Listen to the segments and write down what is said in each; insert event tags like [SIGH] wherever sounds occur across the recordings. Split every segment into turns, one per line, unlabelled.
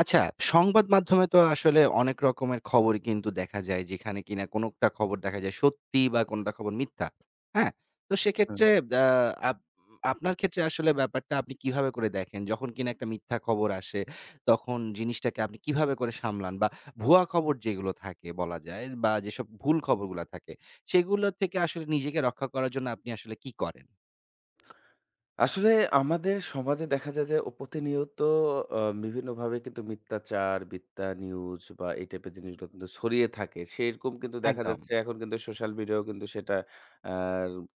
আচ্ছা, সংবাদ মাধ্যমে তো আসলে অনেক রকমের খবরই কিন্তু দেখা যায় যেখানে কিনা কোনোটা খবর দেখা যায় সত্যি বা কোনোটা খবর মিথ্যা। হ্যাঁ? তো
হুম।
সেক্ষেত্রে আ আপ আপনার ক্ষেত্রে আসলে ব্যাপারটা আপনি কিভাবে করে দেখেন? যখন কিনা একটা মিথ্যা খবর আসে তখন জিনিসটাকে আপনি কিভাবে করে সামলান? বা ভুয়া খবর যেগুলো থাকে বলা যায় বা যেসব ভুল খবরগুলা থাকে সেগুলো থেকে আসলে নিজেকে রক্ষা করার জন্য আপনি আসলে কি করেন?
আসলে আমাদের সমাজে দেখা যায় যে ও প্রতিনিয়ত আ বিভিন্নভাবে কিন্তু মিথ্যাচার, মিথ্যা নিউজ বা এই টাইপের জিনিসগুলো কিন্তু ছড়িয়ে থাকে। সেরকম কিন্তু দেখা
একদম।
যাচ্ছে এখন কিন্তু সোশ্যাল মিডিয়াও কিন্তু সেটা আ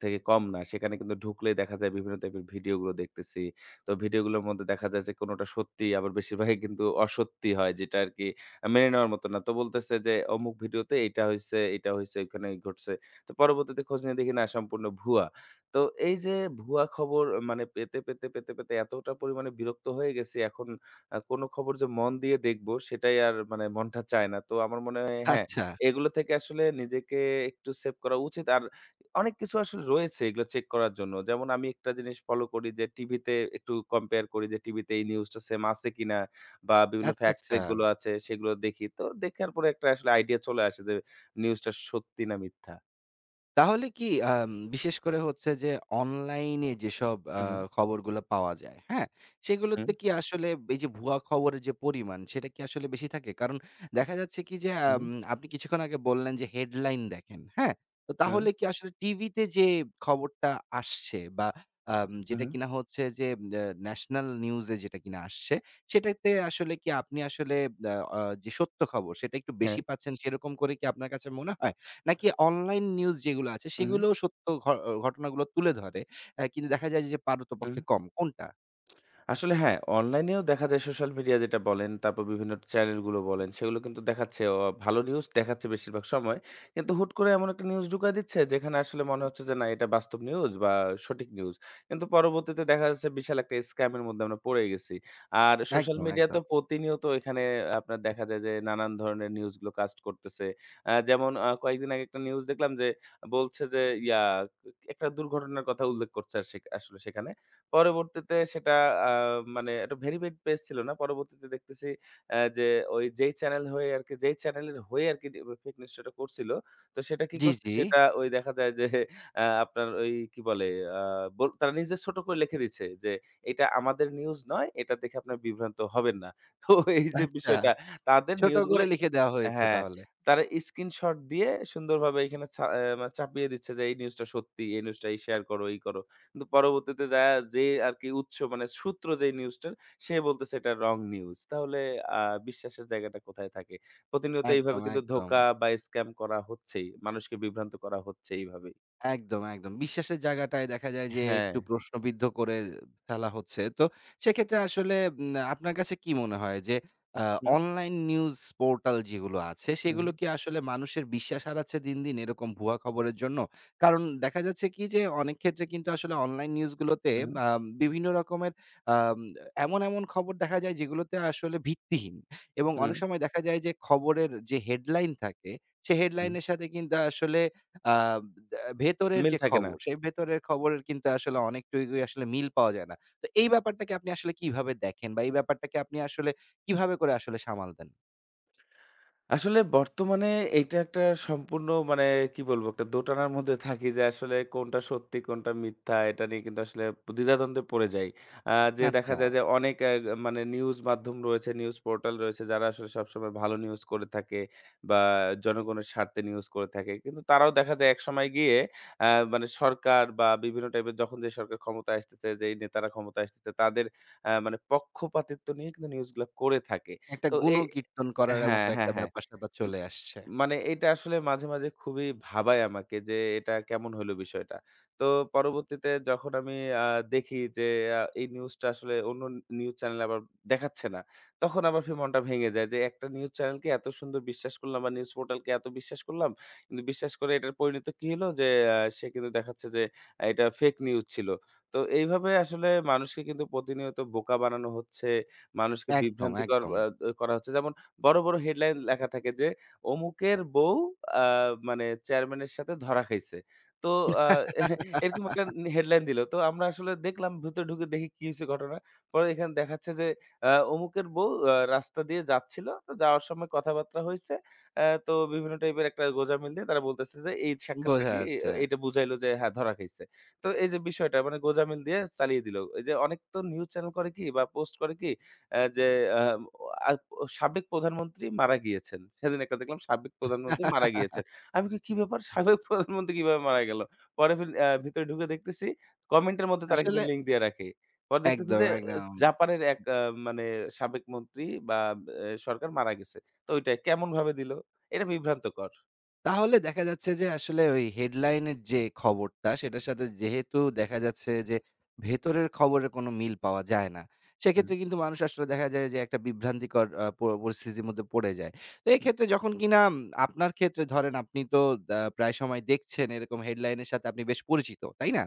থেকে কম না। সেখানে কিন্তু ঢুকলেই দেখা যায় বিভিন্ন টাইপের ভিডিওগুলো দেখতেছি। তো ভিডিওগুলোর মধ্যে দেখা যায় যে কোনটা সত্যি আবার বেশিরভাগই কিন্তু অসত্যি হয় যেটা আরকি মেনে নেওয়ার মতো না। তো বলতেছে যে অমুক ভিডিওতে এইটা হইছে, এইটা হইছে, ওইখানে ঘটছে। তো পরবর্তীতে খোঁজ নিয়ে দেখি না সম্পূর্ণ ভুয়া। তো এই যে ভুয়া খবর মানে পেতে, পেতে, পেতে, পেতে এতটা পরিমাণে বিরক্ত হয়ে গেছি এখন কোনো খবর যে মন দিয়ে দেখবো সেটাই আর মানে মনটা চায় না। তো আমার মনে হয় হ্যাঁ,
আচ্ছা,
এগুলো থেকে আসলে নিজেকে একটু সেভ করা উচিত। আর অনেক কিছু আসলে রয়েছে এগুলো চেক করার জন্য। যেমন আমি একটা জিনিস ফলো করি যে টিভিতে একটু কম্পেয়ার করি যে টিভিতে এই নিউজটা সেম আছে কিনা বা বিভিন্ন
আচ্ছা,
ফ্যাক্ট
আচ্ছা।
চেক গুলো আছে সেগুলো দেখি। তো দেখার পরে একটা আসলে আইডিয়া চলে আসে যে নিউজটা সত্যি না মিথ্যা।
তাহলে কি বিশেষ করে হচ্ছে যে অনলাইনে যেসব
হু, হু,
খবরগুলো পাওয়া যায়, হ্যাঁ?
হু,
সেগুলোতে কি আসলে এই যে ভুয়া খবরের যে পরিমাণ সেটা কি আসলে বেশি থাকে? কারণ দেখা যাচ্ছে কি যে
হু,
আপনি কিছুক্ষণ আগে বললেন যে হেডলাইন দেখেন, হ্যাঁ? তো তাহলে কি আসলে টিভিতে যে খবরটা আসছে বা
হু,
যেটা
হু।
কিনা হচ্ছে যে ন্যাশনাল নিউজে যেটা কিনা আসছে, সেটাতে আসলে কি আপনি আসলে আ আ যে সত্য খবর সেটা একটু
হ্যাঁ,
বেশি পাচ্ছেন সেরকম করে কি আপনার কাছে মনে হয়? নাকি অনলাইন নিউজ যেগুলো আছে
হুম,
সেগুলোও সত্য ঘটনাগুলো তুলে ধরে। কিন্তু দেখা যায় যে
হুম।
পারতপক্ষে কম। কোনটা?
আসলে হ্যাঁ, অনলাইনেও দেখা যায় সোশ্যাল মিডিয়া যেটা বলেন, তারপর বিভিন্ন চ্যানেলগুলো বলেন, সেগুলো কিন্তু দেখাচ্ছে ভালো নিউজ দেখাচ্ছে বেশিরভাগ সময়। কিন্তু হুট করে এমন একটা নিউজ ঢুকায় দিচ্ছে যেখানে আসলে মনে হচ্ছে যে না এটা বাস্তব নিউজ বা সঠিক নিউজ। কিন্তু পরবর্তীতে দেখা যাচ্ছে বিশাল একটা স্ক্যাম এর মধ্যে আমরা পড়ে গেছি। আর সোশ্যাল
একদম,
মিডিয়া তো
একদম।
প্রতিনিয়ত এখানে আপনার দেখা যায় যে নানান ধরনের নিউজগুলো কাস্ট করতেছে। যেমন কয়েকদিন আগে একটা নিউজ দেখলাম যে বলছে যে একটা দুর্ঘটনার কথা উল্লেখ করছে আর আসলে সেখানে। পরবর্তীতে সেটা আ মানে একটা ভেরিফাইড পেজ ছিল না। পরবর্তীতে দেখতেছি যে ওই যেই চ্যানেল হয়ে আরকি যেই চ্যানেলের হয়ে আরকি ফেক নিউজ শোটা করছিল। তো সেটা কি
জি,
করছে?
জি।
সেটা ওই দেখা যায় যে আপনার ওই কি বলে? আ তারা নিজে ছোট করে লিখে দিচ্ছে যে, "এটা আমাদের নিউজ নয়। এটা দেখে আপনারা বিভ্রান্ত হবেন না।" তো এই যে
আচ্ছা,
বিষয়টা তাদের
ছোট
নিউজগুলো
করে লিখে দেওয়া হয়েছে
হ্যাঁ,
তাহলে।
তারা স্ক্রিনশট দিয়ে সুন্দরভাবে এখানে ছা অ্যা মানে চাপিয়ে দিচ্ছে যে এই নিউজটা সত্যি, এই নিউজটা এই শেয়ার করো, এই করো। কিন্তু পরবর্তীতে যায়া যে আরকি উৎস মানে সূত্র যেই নিউজটার সে বলতেছে এটা রং নিউজ। তাহলে আ বিশ্বাসের জায়গাটা কোথায় থাকে? প্রতিনিয়ত এইভাবে
একদম,
কিন্তু
একদম।
ধোঁকা বা স্ক্যাম করা হচ্ছেই। মানুষকে বিভ্রান্ত করা হচ্ছে এইভাবেই।
একদম, একদম। বিশ্বাসের জায়গাটায় দেখা যায় যে
হ্যাঁ।
একটু প্রশ্নবিদ্ধ করে ফেলা হচ্ছে। তো সেক্ষেত্রে আসলে আপনার কাছে কি মনে হয় যে আ
হুম,
অনলাইন নিউজ পোর্টাল যেগুলো আছে
হুম,
সেগুলো
হুম,
কি আসলে মানুষের বিশ্বাস হারাচ্ছে দিন, দিন এরকম ভুয়া খবরের জন্য? কারণ দেখা যাচ্ছে কি যে অনেক ক্ষেত্রে কিন্তু আসলে অনলাইন নিউজগুলোতে
হুম,
বিভিন্ন রকমের আম এমন, এমন খবর দেখা যায় যেগুলোতে আসলে ভিত্তিহীন এবং
হুম,
অনেক সময় দেখা যায় যে খবরের যে হেডলাইন থাকে সে
হুম।
হেডলাইনের সাথে কিন্তু আসলে আ ভেতরের
মিল
যে
থাকে না।
খবর, সেই ভেতরের খবরের কিন্তু আসলে অনেকটুকুই আসলে মিল পাওয়া যায় না। তো এই ব্যাপারটাকে আপনি আসলে কিভাবে দেখেন? বা এই ব্যাপারটাকে আপনি আসলে কিভাবে করে আসলে সামাল দেন?
আসলে বর্তমানে এইটা একটা সম্পূর্ণ মানে কি বলবো? একটা দোটানার মধ্যে থাকি যে আসলে কোনটা সত্যি, কোনটা মিথ্যা এটা নিয়ে কিন্তু আসলে দ্বিধাদ্বন্দ্বে পড়ে যাই। আ যে দেখা
আচ্ছা,
যায় যে অনেক মানে নিউজ মাধ্যম রয়েছে, নিউজ পোর্টাল রয়েছে যারা আসলে সবসময় ভালো নিউজ করে থাকে বা জনগণের স্বার্থে নিউজ করে থাকে। কিন্তু তারাও দেখা যায় একসময় গিয়ে মানে সরকার বা বিভিন্ন টাইপের যখন যে সরকার ক্ষমতায় আসতেছে, যেই নেতারা ক্ষমতায় আসতেছে তাদের মানে পক্ষপাতিত্ব নিয়ে কিন্তু নিউজগুলা করে থাকে।
একটা
তো এই
গুণকীর্তন করার
হ্যাঁ,
মতো একটা
হ্যাঁ, হ্যাঁ।
ব্যাপার-স্যাপার চলে আসছে।
মানে এটা আসলে মাঝে, মাঝে খুবই ভাবায় আমাকে যে এটা কেমন হইল বিষয়টা। তো পরবর্তীতে যখন আমি আ দেখি যে এই নিউজটা আসলে অন্য নিউজ চ্যানেলে আবার দেখাচ্ছে না। তখন আবার ফির মনটা ভেঙে যায় যে একটা নিউজ চ্যানেলকে এত সুন্দর বিশ্বাস করলাম বা নিউজ পোর্টালকে এত বিশ্বাস করলাম। কিন্তু বিশ্বাস করে এটার পরিণত কি হলো যে সে কিন্তু দেখাচ্ছে যে আহ, এটা ফেক নিউজ ছিল। তো এইভাবে আসলে মানুষকে কিন্তু প্রতিনিয়ত বোকা বানানো হচ্ছে, মানুষকে
একদম,
বিভ্রান্তিকর
একদম।
করা হচ্ছে। যেমন বড়, বড় হেডলাইন লেখা থাকে যে অমুকের বউ আ মানে চেয়ারম্যানের সাথে ধরা খাইছে। তো আ [LAUGHS] এরকম
[LAUGHS]
একটা হেডলাইন দিল। তো আমরা আসলে দেখলাম ভিতরে ঢুকে দেখি কি হইছে ঘটনা। পরে এখানে দেখাচ্ছে যে অমুকের বউ রাস্তা দিয়ে যাচ্ছিল। তো যাওয়ার সময় কথাবার্তা হইছে। তো বিভিন্ন টাইপের একটা গোঁজামিল দিয়ে তারা বলতেছে যে এই
বোঝা
সাক্ষাৎটাকে
যাচ্ছে।
এটা বুঝাইলো যে হ্যাঁ, ধরা খাইছে। তো এই যে বিষয়টা মানে গোঁজামিল দিয়ে চালিয়ে দিল। এই যে অনেক তো নিউজ চ্যানেল করে কি বা পোস্ট করে কি যে আ ও সাবেক প্রধানমন্ত্রী মারা গিয়েছেন। সেদিন একটা দেখলাম সাবেক প্রধানমন্ত্রী মারা গিয়েছেন। আমি কই, "কি ব্যাপার? সাবেক [LAUGHS] প্রধানমন্ত্রী কিভাবে মারা গেল?" পরে ফির ভিতরে ঢুকে দেখতেছি কমেন্টের মধ্যে তারা কিন্তু
আসলে
লিঙ্ক দিয়ে রাখে। পরে দেখতেছি
একদম,
যে
একদম।
জাপানের এক মানে সাবেক মন্ত্রী বা এ সরকার মারা গেছে। তো ওইটাই কেমনভাবে দিল? এটা বিভ্রান্তকর।
তাহলে দেখা যাচ্ছে যে আসলে ওই হেডলাইনের যে খবরটা সেটার সাথে যেহেতু দেখা যাচ্ছে যে ভেতরের খবরের কোনো মিল পাওয়া যায় না।
হুম,
সেক্ষেত্রে কিন্তু মানুষ আসলে দেখা যায় যে একটা বিভ্রান্তিকর আ প পরিস্থিতির মধ্যে পড়ে যায়। তো
হুম,
এক্ষেত্রে যখন কিনা আপনার ক্ষেত্রে ধরেন আপনি তো প্রায় সময় দেখছেন এরকম হেডলাইনের সাথে আপনি বেশ পরিচিত, তাই না?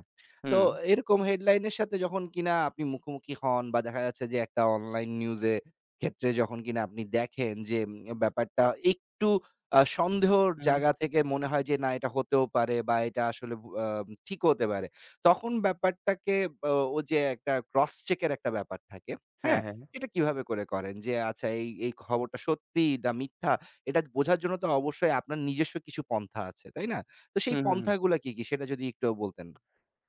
তো
হুম,
এরকম হেডলাইনের সাথে যখন কিনা আপনি মুখোমুখি হন বা দেখা যাচ্ছে যে একটা অনলাইন নিউজে ক্ষেত্রে যখন কিনা আপনি দেখেন যে ব্যাপারটা একটু সন্দেহর
হুম।
জায়গা থেকে মনে হয় যে না এটা হতেও পারে বা এটা আসলে ভু আ ঠিক হতে পারে। তখন ব্যাপারটাকে অ ও যে একটা ক্রস চেক এর একটা ব্যাপার থাকে,
হ্যাঁ,
হ্যাঁ?
হ্যাঁ, হ্যাঁ।
এটা কিভাবে করে করেন? যে আচ্ছা এই খবরটা সত্যি না মিথ্যা এটা বোঝার জন্য তো অবশ্যই আপনার নিজস্ব কিছু পন্থা আছে, তাই না? তো সেই
হুম, হুম, হুম।
পন্থাগুলা কি সেটা যদি একটুও বলতেন।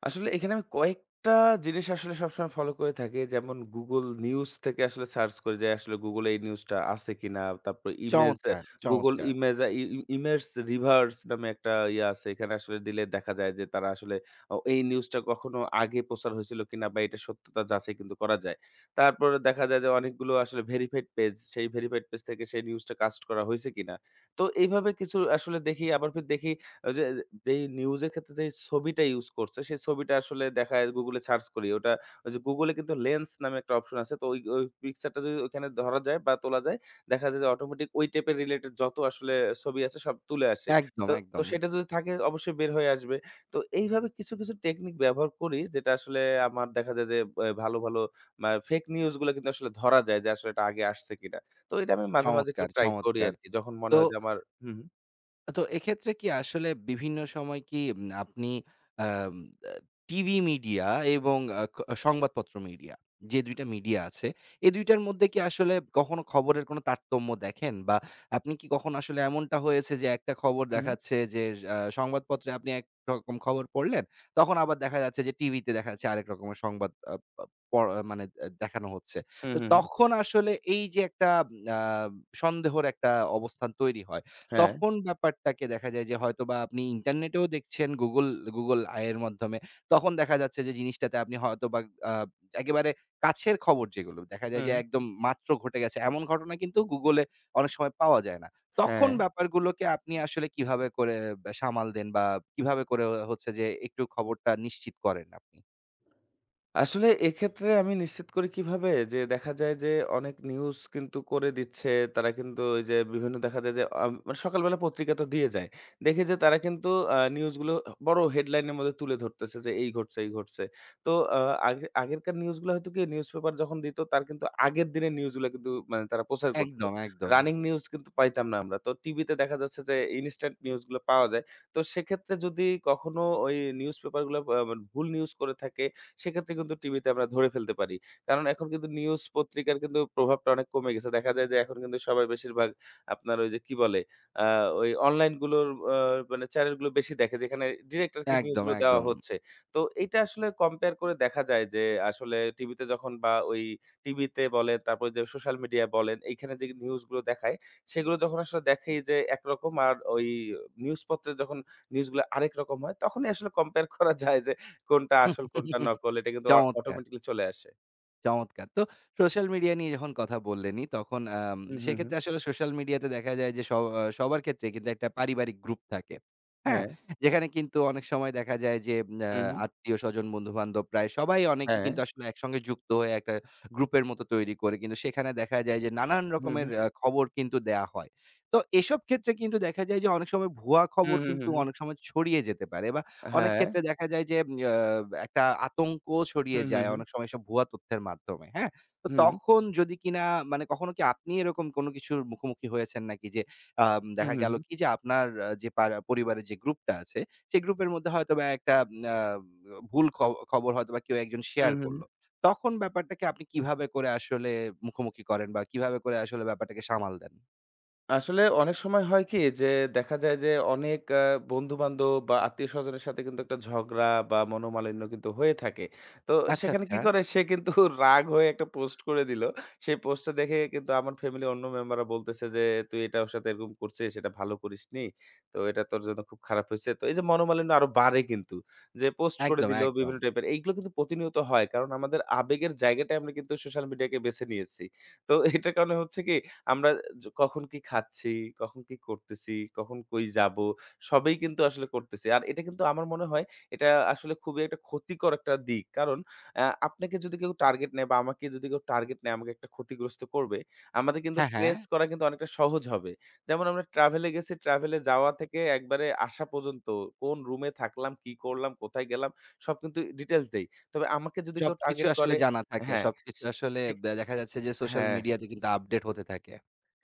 আসলে এখানে আমি কয়েকটা জিনিস আসলে সবসময় ফলো করে থাকি। যেমন Google নিউজ থেকে আসলে সার্চ করি যে আসলে Google এ এই নিউজটা আছে কিনা। তারপর ইমেজ এ
চমৎকার,
Google
চমৎকার।
ইমেজ আ ই ইমেজ রিভার্স নামে একটা ইয়ে আছে। এখানে আসলে দিলে দেখা যায় যে তারা আসলে এই নিউজটা কখনো আগে প্রচার হয়েছিল কিনা বা এটার সত্যতা যাচাই কিন্তু করা যায়। তারপরে দেখা যায় যে অনেকগুলো আসলে ভেরিফাইড পেজ, সেই ভেরিফাইড পেজ থেকে সেই নিউজটা কাস্ট করা হয়েছে কিনা। তো এইভাবে কিছু আসলে দেখি আবার ফির দেখি ওই যে যেই নিউজের ক্ষেত্রে যেই ছবিটা ইউজ করছে, সেই ছবিটা আসলে দেখা যায় Google এ সার্চ করি। ওটা ওই যে Google এ কিন্তু লেন্স নামে একটা অপশন আছে। তো ওই পিকচারটা যদি ওখানে ধরা যায় বা তোলা যায়, দেখা যায় যে অটোমেটিক ওই টাইপের রিলেটেড যত আসলে ছবি আছে সব তুলে আসে।
একদম,
তো
একদম।
সেটা যদি থাকে অবশ্যই বের হয়ে আসবে। তো এইভাবে কিছু, কিছু টেকনিক ব্যবহার করি যেটা আসলে আমার দেখা যায় যে ভালো, ভালো ফেক নিউজ গুলো কিন্তু আসলে ধরা যায় যে আসলে এটা আগে আসছে কিনা। তো এটা আমি মাঝে, মাঝে একটু
চমৎকার,
ট্রাই করি
চমৎকার।
আরকি। যখন মনে
তো
হয় যে আমার হুম,
তো এক্ষেত্রে কি আসলে বিভিন্ন সময় কি আপনি আম আ টিভি মিডিয়া এবং আ ক সংবাদপত্র মিডিয়া যে ২ টা মিডিয়া আছে, এই ২ টার মধ্যে কি আসলে কখনো খবরের কোনো তারতম্য দেখেন? বা আপনি কি কখনো আসলে এমনটা হয়েছে যে একটা খবর
হুম, হুম,
দেখাচ্ছে যে সংবাদপত্রে আপনি একরকম খবর পড়লেন, তখন আবার দেখা যাচ্ছে যে টিভিতে দেখা যাচ্ছে আরেক রকমের সংবাদ আ পা পড় আহ, মানে আ দেখানো হচ্ছে।
হুম,
তো
হুম, হুম,
তখন আসলে এই যে একটা আ সন্দেহর একটা অবস্থান তৈরি হয়
হ্যাঁ।
তখন ব্যাপারটাকে দেখা যায় যে হয়তোবা আপনি ইন্টারনেটেও দেখছেন Google Eye এর মাধ্যমে। তখন দেখা যাচ্ছে যে জিনিসটাতে আপনি হয়তোবা আ একেবারে কাছের খবর যেগুলো, দেখা যায় যে
হুম,
একদম মাত্র ঘটে গেছে এমন ঘটনা কিন্তু Google এ অনেক সময় পাওয়া যায় না।
হ্যাঁ।
তখন ব্যাপারগুলোকে আপনি আসলে কিভাবে করে সামাল দেন বা কিভাবে করে হচ্ছে যে একটু খবরটা নিশ্চিত করেন আপনি?
আসলে এক্ষেত্রে আমি নিশ্চিত করি কিভাবে? যে দেখা যায় যে অনেক নিউজ কিন্তু করে দিচ্ছে। তারা কিন্তু ওই যে বিভিন্ন দেখা যায় যে মানে সকালবেলা পত্রিকা তো দিয়ে যায়। দেখি যে তারা কিন্তু নিউজগুলো বড় হেডলাইন এর মধ্যে তুলে ধরতেছে যে এই ঘটছে, এই ঘটছে। তো আগে আগেরকার নিউজগুলো হয়তো কি নিউজপেপার যখন দিত তার কিন্তু আগের দিনের নিউজগুলো কিন্তু মানে তারা প্রচার করত।
একদম, একদম।
রানিং নিউজ কিন্তু পাইতাম না আমরা। তো টিভিতে দেখা যাচ্ছে যে ইনস্ট্যান্ট নিউজগুলো পাওয়া যায়। তো সেক্ষেত্রে যদি কখনো ওই নিউজপেপারগুলো মানে ভুল নিউজ করে থাকে সেক্ষেত্রে কিন্তু টিভিতে আমরা ধরে ফেলতে পারি। কারণ এখন কিন্তু নিউজ পত্রিকার কিন্তু প্রভাবটা অনেক কমে গেছে। দেখা যায় যে এখন কিন্তু সবাই বেশিরভাগ আপনার ওই যে কি বলে? আ ওই অনলাইন গুলোর আ মানে চ্যানেল গুলো বেশি দেখে যেখানে ডিরেক্ট আরকি নিউজ
একদম,
গুলো দেওয়া
একদম।
হচ্ছে। তো এইটা আসলে কম্পেয়ার করে দেখা যায় যে আসলে টিভিতে যখন বা ওই টিভিতে বলেন তারপর যে সোশ্যাল মিডিয়া বলেন এইখানে যে নিউজ গুলো দেখায় সেগুলো যখন আসলে দেখি যে একরকম আর ওই নিউজ পত্রে যখন নিউজ গুলো আরেক রকম হয় তখনই আসলে কম্পেয়ার করা যায় যে কোনটা আসল কোনটা
[LAUGHS]
নকল এটা কিন্তু
চমৎকার!
অটোমেটিক্যালি চলে আসে।
চমৎকার! তো সোশ্যাল মিডিয়া নিয়ে যখন কথা বললেনই, তখন
হুম, হুম, হুম।
সেক্ষেত্রে আসলে সোশ্যাল মিডিয়াতে দেখা যায় যে, স আ সবার ক্ষেত্রে কিন্তু একটা পারিবারিক গ্রুপ থাকে। হ্যাঁ?
হ্যাঁ।
যেখানে কিন্তু অনেক সময় দেখা যায় যে, আ
হুম, হুম।
আত্মীয়-স্বজন, বন্ধু-বান্ধব প্রায় সবাই অনেকে
হ্যাঁ।
কিন্তু আসলে একসঙ্গে যুক্ত হয়ে একটা গ্রুপের মতো তৈরি করে। কিন্তু সেখানে দেখা যায় যে, নানান
হুম,
রকমের
হুম।
খবর কিন্তু দেয়া হয়। তো এসব ক্ষেত্রে কিন্তু দেখা যায় যে, অনেক সময় ভুয়া
হুম,
খবর
হুম, হুম,
কিন্তু
হুম।
অনেক সময় ছড়িয়ে যেতে পারে বা অনেক
হ্যাঁ।
ক্ষেত্রে দেখা যায় যে, আ একটা আতঙ্ক ছড়িয়ে
হুম, হুম,
যায়
হুম।
অনেক সময় এসব ভুয়া তথ্যের মাধ্যমে, হ্যাঁ? তো
হুম।
তখন যদি কিনা মানে কখনো কি আপনি এরকম কোনো কিছুর মুখোমুখি হয়েছেন নাকি যে
হুম,
দেখা
হুম,
গেল
হুম।
কি যে আপনার যে পরিবারের যে গ্রুপটা আছে, সেই গ্রুপের মধ্যে হয়তোবা একটা আ ভুল খবর হয়তোবা কেউ একজন
হুম,
শেয়ার
হুম, হুম।
করলো। তখন ব্যাপারটাকে আপনি কিভাবে করে আসলে মুখোমুখি করেন বা কিভাবে করে আসলে ব্যাপারটাকে সামাল দেন?
আসলে অনেক সময় হয় কি যে দেখা যায় যে অনেক বন্ধু-বান্ধব বা আত্মীয়-স্বজনের সাথে কিন্তু একটা ঝগড়া বা মনোমালিন্য কিন্তু হয়ে থাকে। তো
আচ্ছা,
সেখানে কি
আচ্ছা।
করে সে কিন্তু [LAUGHS] রাগ হয়ে একটা পোস্ট করে দিল। সেই পোস্টটা দেখে কিন্তু আমার ফ্যামিলির অন্য মেম্বাররা বলতেছে যে, "তুই এটা ওর সাথে এরকম করছিস, এটা ভালো করিসনি। তো এটা তোর জন্য খুব খারাপ হইছে।" তো এই যে মনোমালিন্য আরো বাড়ে কিন্তু। যে পোস্ট করে
একদম,
দিল
একদম।
বিভিন্ন টাইপের। এইগুলো কিন্তু প্রতিনিয়ত হয়। কারণ আমাদের আবেগের জায়গাটাই আমরা কিন্তু সোশ্যাল মিডিয়াকে বেছে নিয়েছি। তো এটার কারণে হচ্ছে কি আমরা কখন কি খাচ্ছি, কখন কি করতেছি, কখন কই যাবো, সবই কিন্তু আসলে করতেছি। আর এটা কিন্তু আমার মনে হয় এটা আসলে খুবই একটা ক্ষতিকর একটা দিক। কারণ আপনাকে যদি কেউ টার্গেট নেয় বা আমাকে যদি কেউ টার্গেট নেয় আমাকে একটা ক্ষতিগ্রস্ত করবে, আমাদের কিন্তু
হ্যাঁ, হ্যাঁ।
ট্রেস করা কিন্তু অনেকটা সহজ হবে। যেমন আমরা ট্রাভেলে গেছি, ট্রাভেলে যাওয়া থেকে একবারে আসা পর্যন্ত কোন রুমে থাকলাম, কি করলাম, কোথায় গেলাম সব কিন্তু ডিটেইলস দেই। তবে আমাকে যদি কেউ
সবকিছু
টার্গেট
আসলে
করে
জানা থাকে।
হ্যাঁ,
সবকিছু
সে
আসলে
সে
দেখা যাচ্ছে যে সোশ্যাল
হ্যাঁ।
মিডিয়াতে কিন্তু আপডেট হতে থাকে।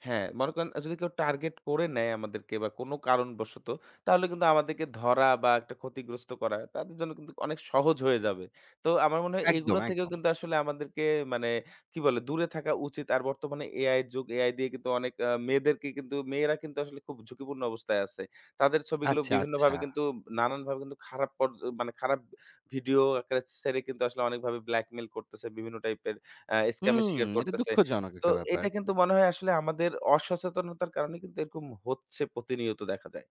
হ্যাঁ, মনে করেন যদি কেউ টার্গেট করে নেয় আমাদেরকে বা কোনো কারণবশত, তাহলে কিন্তু আমাদেরকে ধরা বা একটা ক্ষতিগ্রস্ত করা তাদের জন্য কিন্তু অনেক সহজ হয়ে যাবে। তো আমার মনে হয় এগুলো
একদম,
থেকেও
একদম।
কিন্তু আসলে আমাদেরকে মানে কি বলে দূরে থাকা উচিত। আর বর্তমানে এআই এর যুগ। এআই দিয়ে কিন্তু অনেক মেয়েদেরকে কিন্তু মেয়েরা কিন্তু আসলে খুব ঝুঁকিপূর্ণ অবস্থায় আছে। তাদের ছবিগুলো
আচ্ছা,
বিভিন্নভাবে
আচ্ছা।
কিন্তু নানানভাবে কিন্তু খারাপ মানে খারাপ ভিডিও আকারে ছেড়ে কিন্তু আসলে অনেকভাবে ব্ল্যাকমেইল করতেছে। বিভিন্ন টাইপের স্ক্যাম এর
হুম,
শিকার
এটা
করতেছে।
দুঃখজনক
তো
একটা ব্যাপার।
এটা কিন্তু মনে হয় আসলে আমাদের অসচেতনতার কারণে কিন্তু এরকম হচ্ছে প্রতিনিয়ত দেখা যায়।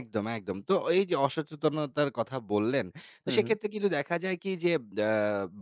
একদম, একদম। তো এই যে অসচেতনতার কথা বললেন, তো
হু, হু,
সেক্ষেত্রে কিন্তু দেখা যায় কি যে আ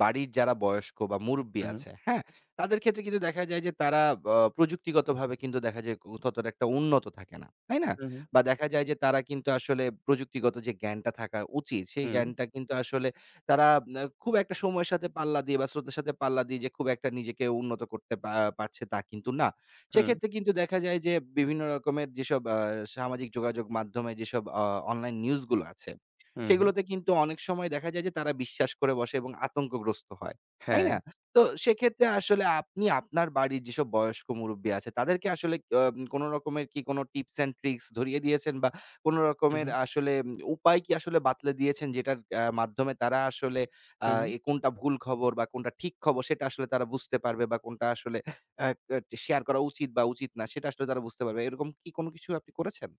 বাড়ির যারা বয়স্ক বা মুরুব্বি
হু,
আছে, হ্যাঁ? তাদের ক্ষেত্রে কিন্তু দেখা যায় যে তারা প্রযুক্তিগতভাবে কিন্তু দেখা যায় ততটা একটা উন্নত থাকে না। তাই না?
হু, হু,
বা দেখা যায় যে তারা কিন্তু আসলে প্রযুক্তিগত যে জ্ঞানটা থাকা উচিত, সেই
হু,
জ্ঞানটা কিন্তু আসলে তারা খুব একটা সময়ের সাথে পাল্লা দিয়ে বা স্রোতের সাথে পাল্লা দিয়ে যে খুব একটা নিজেকে উন্নত করতে পারছে তা কিন্তু না।
হু, হু,
সেক্ষেত্রে কিন্তু দেখা যায় যে বিভিন্ন রকমের যেসব সামাজিক যোগাযোগ মাধ্যমে যেসব অনলাইন নিউজগুলো আছে,
হু, হু।
সেগুলোতে কিন্তু অনেক সময় দেখা যায় যে তারা বিশ্বাস করে বসে এবং আতঙ্কগ্রস্ত হয়। তাই
হ্যাঁ।
না? তো সেক্ষেত্রে আসলে আপনি আপনার বাড়ির যেসব বয়স্ক মুরুব্বি আছে তাদেরকে আসলে কোন রকমের কি কোন টিপস অ্যান্ড ট্রিকস ধরিয়ে দিয়েছেন বা কোন
হু, হু,
রকমের আসলে উম, উপায় কি আসলে বাতলে দিয়েছেন যেটার মাধ্যমে তারা আসলে আ
হু, হু।
এ কোনটা ভুল খবর বা কোনটা ঠিক খবর সেটা আসলে তারা বুঝতে পারবে বা কোনটা আসলে আ আ শেয়ার করা উচিত বা উচিত না সেটা আসলে তারা বুঝতে পারবে। এরকম কি কোনো কিছু আপনি করেছেন?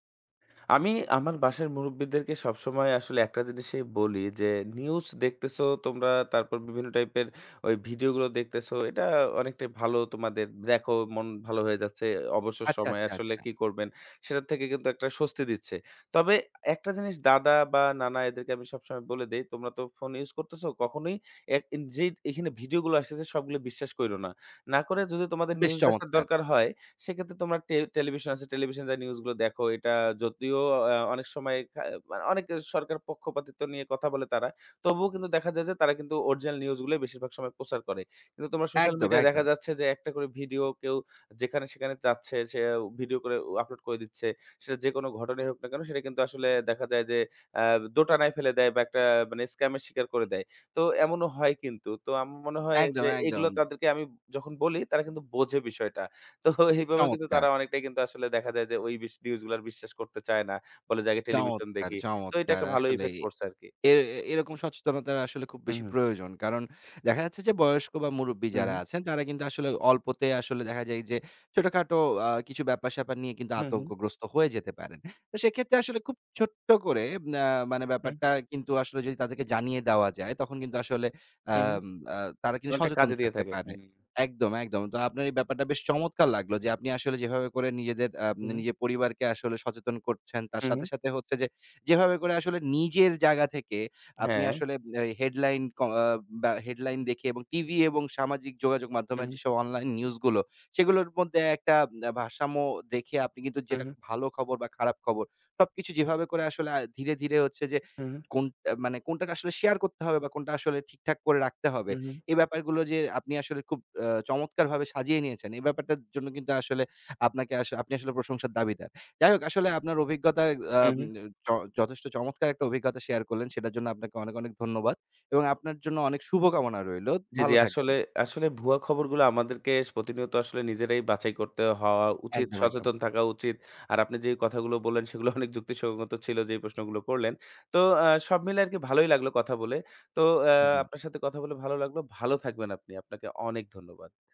আমি আমার বাসার মুরুব্বিদেরকে সবসময় আসলে একটা জিনিসই বলি যে, "নিউজ দেখতেছো তোমরা, তারপর বিভিন্ন টাইপের ওই ভিডিওগুলো দেখতেছো। এটা অনেকটাই ভালো তোমাদের। দেখো মন ভালো হয়ে যাচ্ছে। অবসর
আচ্ছা,
সময়ে
আচ্ছা,
আসলে
আচ্ছা।
কি করবেন?" সেটার থেকে কিন্তু একটা স্বস্তি দিচ্ছে। তবে একটা জিনিস দাদা বা নানা এদেরকে আমি সবসময় বলে দেই, "তোমরা তো ফোন ইউজ করতেছো, কখনোই এক যেই এখানে ভিডিওগুলো আসতেছে সবগুলো বিশ্বাস কইরো না। না করে যদি তোমাদের
বেশ
নিউজ দেখার
চমৎকার।
দরকার হয় সেক্ষেত্রে তোমরা টেলিভিশন আছে, টেলিভিশনে যা নিউজগুলো দেখো। এটা যদিও অনেক সময় মানে অনেক সরকার পক্ষপাতিত্ব নিয়ে কথা বলে তারা। তবুও কিন্তু দেখা যায় যে তারা কিন্তু অরিজিনাল নিউজগুলোই বেশিরভাগ সময় প্রচার করে। কিন্তু তোমার সোশ্যাল
একদম,
মিডিয়ায় দেখা
একদম।
যাচ্ছে যে একটা করে ভিডিও কেউ যেখানে সেখানে যাচ্ছে সে ভিডিও করে আপলোড করে দিচ্ছে। সেটা যেকোনো ঘটনাই হোক না কেন সেটা কিন্তু আসলে দেখা যায় যে আ দোটানায় ফেলে দেয় বা একটা মানে স্ক্যামের শিকার করে দেয়। তো এমনও হয় কিন্তু। তো আমার মনে হয়
একদম,
যে
একদম।
এগুলো তাদেরকে আমি যখন বলি তারা কিন্তু বোঝে বিষয়টা। তো এইভাবে কিন্তু তারা
চমৎকার,
অনেকটাই কিন্তু আসলে দেখা যায় যে ওই নিউজ গুলা আর বিশ্বাস করতে চায় না। বলে যে, "আগে টেলিভিশন
চমৎকার,
দেখি।" তো এটা
চমৎকার।
একটা ভালো ইফেক্ট
আসলেই।
পড়ছে আরকি।
এ এরকম সচেতনতার আসলে খুব বেশি
হুম,
প্রয়োজন। কারণ দেখা যাচ্ছে যে বয়স্ক বা মুরুব্বি
হুম, হুম,
যারা
হুম,
আছেন তারা কিন্তু আসলে অল্পতে আসলে দেখা যায় যে ছোটখাটো কিছু ব্যাপার-স্যাপার নিয়ে কিন্তু
হুম,
আতঙ্কগ্রস্ত হয়ে যেতে পারেন। তো সেক্ষেত্রে আসলে খুব ছোট্ট করে আ মানে
হুম,
ব্যাপারটা কিন্তু আসলে যদি তাদেরকে জানিয়ে দেওয়া যায় তখন কিন্তু আসলে
হুম, হুম।
আম আ তারা কিন্তু
অনেকটা
সচেতন
কাজে দিয়ে
থাকতে
থাকে।
পারে।
হুম,
একদম, একদম। তো আপনার এই ব্যাপারটা বেশ চমৎকার লাগলো যে আপনি আসলে যেভাবে করে নিজেদের
হুম,
নিজের পরিবারকে আসলে সচেতন করছেন তার
হুম, হুম।
সাথে, সাথে হচ্ছে যে যেভাবে করে আসলে নিজের জায়গা থেকে আপনি
হ্যাঁ।
আসলে আ হেডলাইন ক আ বা হেডলাইন দেখে এবং টিভি এবং সামাজিক যোগাযোগ মাধ্যমের
হুম, হুম,
যেসব অনলাইন নিউজগুলো, সেগুলোর মধ্যে একটা ভারসাম্য রেখে আপনি কিন্তু যেটা
হুম,
ভালো খবর বা খারাপ খবর, সবকিছু যেভাবে করে আসলে ধীরে, ধীরে হচ্ছে যে
হুম,
কোন মানে কোনটাকে আসলে শেয়ার করতে হবে বা কোনটা আসলে ঠিকঠাক করে রাখতে হবে।
হুম, হুম,
এই ব্যাপারগুলো যে আপনি আসলে খুব চমৎকারভাবে সাজিয়ে নিয়েছেন, এই ব্যাপারটার জন্য কিন্তু আসলে আপনাকে আস আপনি আসলে প্রশংসার দাবিদার। যাই হোক আসলে আপনার অভিজ্ঞতা আম
হুম।
য যথেষ্ট চমৎকার একটা অভিজ্ঞতা শেয়ার করলেন। সেটার জন্য আপনাকে অনেক, অনেক ধন্যবাদ এবং আপনার জন্য অনেক শুভকামনা রইলো।
জি, জি।
ভালো থাকবেন।
আসলে ভুয়া খবরগুলো আমাদেরকে প্রতিনিয়ত আসলে নিজেরাই বাছাই করতে হওয়া উচিত,
একদম, একদম।
সচেতন থাকা উচিত। আর আপনি যে কথাগুলো বললেন সেগুলো অনেক যুক্তিসঙ্গত ছিল যেই প্রশ্নগুলো করলেন। তো সব মিলে আরকি ভালোই লাগলো কথা বলে। তো আ
জি।
আপনার সাথে কথা বলে ভালো লাগলো। ভালো থাকবেন আপনি। আপনাকে অনেক ধন্যবাদ।